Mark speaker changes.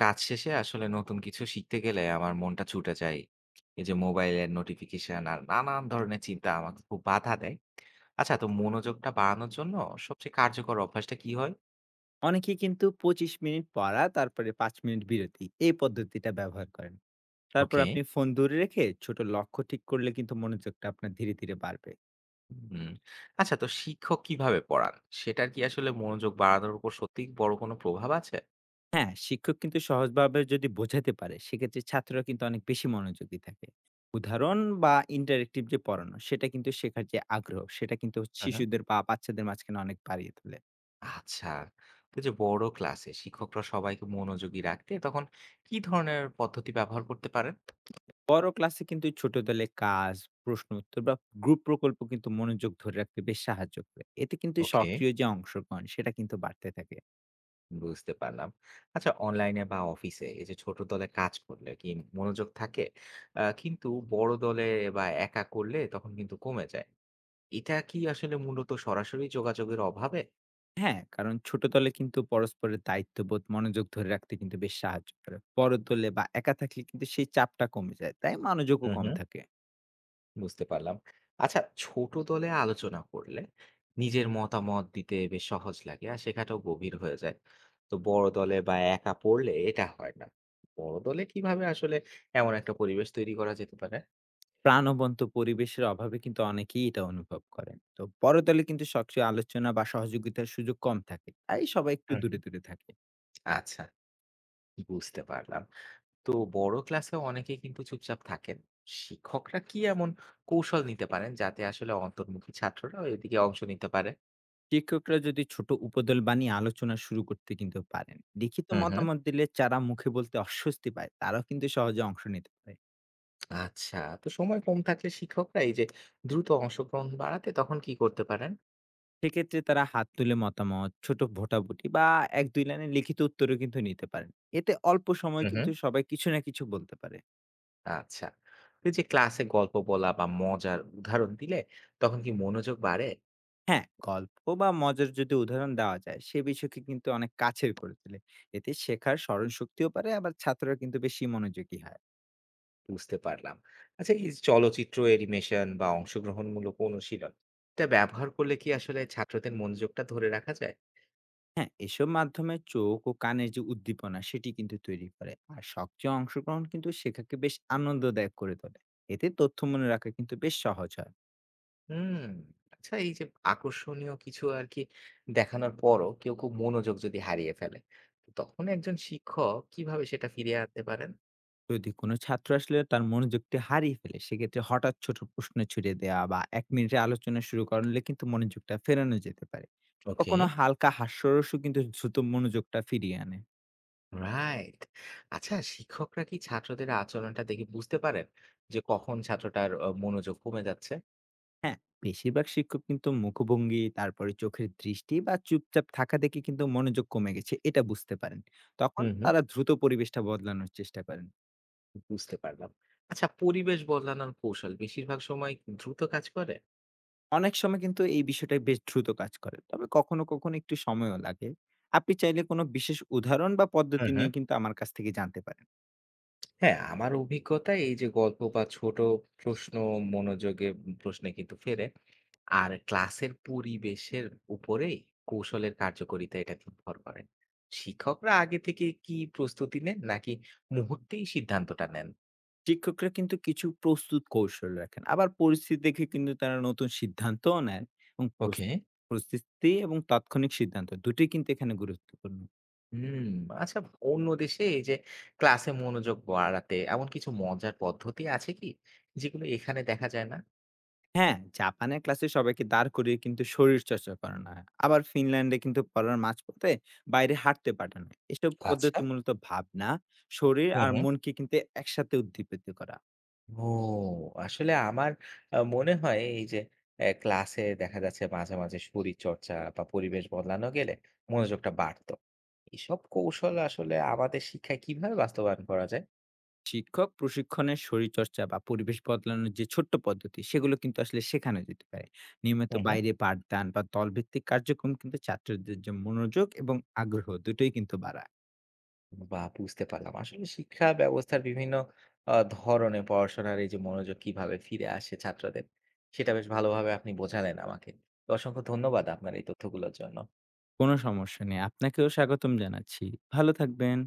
Speaker 1: কাজ শেষে আসলে নতুন কিছু শিখতে গেলে আমার মনটা ছুটে যায়। এই যে মোবাইলের নোটিফিকেশন আর নানান ধরনের চিন্তা আমাকে খুব বাধা দেয়। আচ্ছা, তো মনোযোগটা বাড়ানোর জন্য সবচেয়ে কার্যকর অভ্যাসটা কি হয়?
Speaker 2: অনেকেই কিন্তু ২৫ মিনিট পড়া তারপরে ৫ মিনিট বিরতি এই পদ্ধতিটা ব্যবহার করেন। তারপর
Speaker 1: ওকে।
Speaker 2: আপনি ফোন দূরে রেখে ছোট লক্ষ্য ঠিক করলে কিন্তু মনোযোগটা আপনার ধীরে বাড়বে।
Speaker 1: হুম। আচ্ছা, তো শিক্ষক কিভাবে পড়ান, সেটার কি আসলে মনোযোগ বাড়ানোর উপর সত্যি বড় কোনো প্রভাব আছে?
Speaker 2: হ্যাঁ, শিক্ষক কিন্তু সহজভাবে যদি বোঝাতে পারে সেক্ষেত্রে ছাত্ররা কিন্তু অনেক বেশি মনোযোগী থাকে। উদাহরণ বা ইন্টারেক্টিভ যে পড়ানো সেটা কিন্তু শেখার যে আগ্রহ সেটা কিন্তু
Speaker 1: হুম হুম।
Speaker 2: শিশুদের বা বাচ্চাদের মাঝখানে অনেক বাড়িয়ে তোলে।
Speaker 1: আচ্ছা, তো যে বড় ক্লাসে শিক্ষকরা সবাইকে মনোযোগী রাখতে তখন কি ধরনের পদ্ধতি ব্যবহার করতে পারেন?
Speaker 2: বড় ক্লাসে কিন্তু ছোট দলে কাজ, প্রশ্ন উত্তর বা গ্রুপ প্রকল্প কিন্তু মনোযোগ ধরে রাখতে বেশ সাহায্য করে। এতে কিন্তু
Speaker 1: ওকে,
Speaker 2: সক্রিয় যে অংশগ্রহণ সেটা কিন্তু বাড়তে থাকে।
Speaker 1: বুঝতে পারলাম। আচ্ছা, অনলাইনে বা অফিসে এই যে ছোট দলে কাজ করলে কি মনোযোগ থাকে? কিন্তু বড় দলে বা একা করলে তখন কিন্তু কমে যায়। এটা কি আসলে মূলত সরাসরি যোগাযোগের অভাবে?
Speaker 2: হ্যাঁ, কারণ ছোট দলে কিন্তু পরস্পরের দায়িত্ববোধ মনোযোগ ধরে রাখতে কিন্তু বেশ সাহায্য করে। বড় দলে বা একা থাকলে কিন্তু সেই চাপটা কমে যায়। তাই মনোযোগও
Speaker 1: হুম,
Speaker 2: কম
Speaker 1: হুম।
Speaker 2: থাকে।
Speaker 1: বুঝতে পারলাম। আচ্ছা, ছোট দলে আলোচনা করলে নিজের মতামত দিতে বেশ সহজ লাগে আর শেখাটাও গভীর হয়ে যায়। তো বড় দলে বা একা পড়লে এটা হয় না। বড় দলে কিভাবে আসলে এমন একটা পরিবেশ তৈরি করা যেতে পারে?
Speaker 2: প্রাণবন্ত পরিবেশের অভাবে কিন্তু অনেকেই এটা অনুভব করেন। তো বড় দলে কিন্তু সক্রিয় আলোচনা বা সহযোগিতার সুযোগ কম থাকে। তাই সবাই একটু
Speaker 1: হুম,
Speaker 2: দূরে,
Speaker 1: হুম।
Speaker 2: দূরে থাকে।
Speaker 1: আচ্ছা। বুঝতে পারলাম। তো বড় ক্লাসেও অনেকে কিন্তু চুপচাপ থাকেন, শিক্ষকরা কি এমন কৌশল নিতে পারেন যাতে আসলে অন্তর্মুখী ছাত্ররা এদিকে অংশ নিতে পারে?
Speaker 2: শিক্ষকরা যদি ছোট উপদল বানিয়ে আলোচনা শুরু করতে কিন্তু পারেন। লিখিত
Speaker 1: হুম হুম
Speaker 2: মতামত দিলে যারা মুখে বলতে অস্বস্তি পায়, তারাও কিন্তু সহজে অংশ নিতে পারে।
Speaker 1: আচ্ছা, তো সময় কম থাকলে শিক্ষকরা এই যে দ্রুত অংশগ্রহণ বাড়াতে তখন কি করতে পারেন?
Speaker 2: সেক্ষেত্রে তারা হাত তুলে মতামত, ছোট ভোটাভুটি বা ১-২ লাইনের লিখিত উত্তরও কিন্তু নিতে পারেন। এতে অল্প সময়ে
Speaker 1: হুম হুম
Speaker 2: কিন্তু সবাই কিছু না কিছু বলতে পারে।
Speaker 1: আচ্ছা, তো এই যে ক্লাসে গল্প বলা বা মজার উদাহরণ দিলে তখন কি মনোযোগ বাড়ে?
Speaker 2: হ্যাঁ, গল্প বা মজার যদি উদাহরণ দেওয়া যায়, সে বিষয়কে কিন্তু অনেক কাছের করে তোলে। এতে শেখার স্মরণশক্তিও বাড়ে, আবার ছাত্ররা কিন্তু বেশি মনোযোগী হয়।
Speaker 1: বুঝতে পারলাম। আচ্ছা, এই চলচ্চিত্র, অ্যানিমেশন বা অংশগ্রহণমূলক অনুশীলন এটা ব্যবহার করলে কি আসলে ছাত্রদের মনোযোগটা ধরে রাখা যায়?
Speaker 2: হ্যাঁ, এসব মাধ্যমে চোখ ও কানের যে উদ্দীপনা সেটি কিন্তু তৈরি করে। আর সক্রিয় অংশগ্রহণ কিন্তু শেখাকে বেশ আনন্দদায়ক করে তোলে। এতে তথ্য মনে রাখা কিন্তু বেশ সহজ হয়।
Speaker 1: হুম। আচ্ছা, এই যে আকর্ষণীয় কিছু আর কি দেখানোর পরও কেউ খুব মনোযোগ যদি হারিয়ে ফেলে, তো তখন একজন শিক্ষক কিভাবে সেটা ফিরিয়ে আনতে পারেন?
Speaker 2: যদি কোনো ছাত্র আসলে তার মনোযোগটি হারিয়ে ফেলে সেক্ষেত্রে হঠাৎ ছোট প্রশ্ন ছুড়ে দেওয়া বা ১ মিনিটের আলোচনা শুরু করলে কিন্তু মনোযোগটা ফেরানো যেতে পারে।
Speaker 1: ওকে।
Speaker 2: কখনো হালকা হাস্যরসও কিন্তু দ্রুত মনোযোগটা ফিরিয়ে আনে।
Speaker 1: রাইট। আচ্ছা, শিক্ষকরা কি ছাত্রদের আচরণটা দেখে বুঝতে পারেন যে কখন ছাত্রটার মনোযোগ কমে যাচ্ছে?
Speaker 2: হ্যাঁ, বেশিরভাগ শিক্ষক কিন্তু মুখভঙ্গি, তারপরে চোখের দৃষ্টি বা চুপচাপ থাকা দেখে কিন্তু মনোযোগ কমে গেছে এটা বুঝতে পারেন। তখন
Speaker 1: হুম হুম
Speaker 2: তারা দ্রুত পরিবেশটা বদলানোর চেষ্টা করেন।
Speaker 1: বুঝতে পারলাম। আচ্ছা, পরিবেশ বদলানোর কৌশল বেশিরভাগ সময় দ্রুত কাজ করে?
Speaker 2: অনেক সময় কিন্তু এই বিষয়টা বেশ দ্রুত কাজ করে। তবে কখনো একটু সময়ও লাগে। আপনি চাইলে কোনো বিশেষ উদাহরণ বা
Speaker 1: হুম
Speaker 2: পদ্ধতি
Speaker 1: হুম
Speaker 2: নিয়ে কিন্তু আমার কাছ থেকে জানতে পারেন।
Speaker 1: হ্যাঁ, আমার অভিজ্ঞতায় এই যে গল্প বা ছোট প্রশ্ন মনোযোগে প্রশ্নে কিন্তু ফেরে। আর ক্লাসের পরিবেশের উপরেই কৌশলের কার্যকারিতা এটা নির্ভর করে। শিক্ষকরা আগে থেকে কি প্রস্তুতি নেন নাকি মুহূর্তেই সিদ্ধান্তটা নেন?
Speaker 2: শিক্ষকরা কিন্তু কিছু প্রস্তুত কৌশল রাখেন। আবার পরিস্থিতি দেখে কিন্তু তারা নতুন সিদ্ধান্তও নেন এবং
Speaker 1: ওকে।
Speaker 2: পরিস্থিতি এবং তাৎক্ষণিক সিদ্ধান্ত দুটোই কিন্তু এখানে গুরুত্বপূর্ণ।
Speaker 1: হুম, আচ্ছা, অন্য দেশে এই যে ক্লাসে মনোযোগ বাড়াতে এমন কিছু মজার পদ্ধতি আছে কি যেগুলো এখানে দেখা যায় না?
Speaker 2: হ্যাঁ, জাপানের ক্লাসে সবাইকে দাঁড় করিয়ে কিন্তু শরীরচর্চা করানো হয়। আবার ফিনল্যান্ডে কিন্তু পড়ার মাঝপথে বাইরে হাঁটতে পাঠানো হয়। এসব
Speaker 1: আচ্ছা।
Speaker 2: পদ্ধতি মূলত ভাবনা, শরীর
Speaker 1: হুম
Speaker 2: আর
Speaker 1: হুম।
Speaker 2: মনকে কিন্তু একসাথে উদ্দীপিত করা।
Speaker 1: ও! আসলে আমার মনে হয় এই যে ক্লাসে দেখা যাচ্ছে মাঝে, মাঝে শরীরচর্চা বা পরিবেশ বদলানো গেলে মনোযোগটা বাড়তো। এসব কৌশল আসলে আমাদের শিক্ষায় কিভাবে বাস্তবায়ন করা যায়?
Speaker 2: শিক্ষক প্রশিক্ষণের শরীরচর্চা বা পরিবেশ বদলানোর যে ছোট্ট পদ্ধতি সেগুলো কিন্তু আসলে শেখানো যেতে পারে। নিয়মিত
Speaker 1: হুম, হুম।
Speaker 2: বাইরে পাঠদান বা দলভিত্তিক কার্যক্রম কিন্তু ছাত্রদের যে মনোযোগ এবং আগ্রহ দুটোই কিন্তু বাড়ায়।
Speaker 1: বা বুঝতে পারলাম। আসলে শিক্ষা ব্যবস্থার বিভিন্ন ধরনে পড়াশোনার এই যে মনোযোগ কিভাবে ফিরে আসে ছাত্রদের, সেটা বেশ ভালোভাবে আপনি বোঝালেন আমাকে। তো অসংখ্য ধন্যবাদ আপনার এই তথ্যগুলোর জন্য।
Speaker 2: কোনো সমস্যা নেই। আপনাকেও স্বাগতম জানাচ্ছি। ভালো থাকবেন।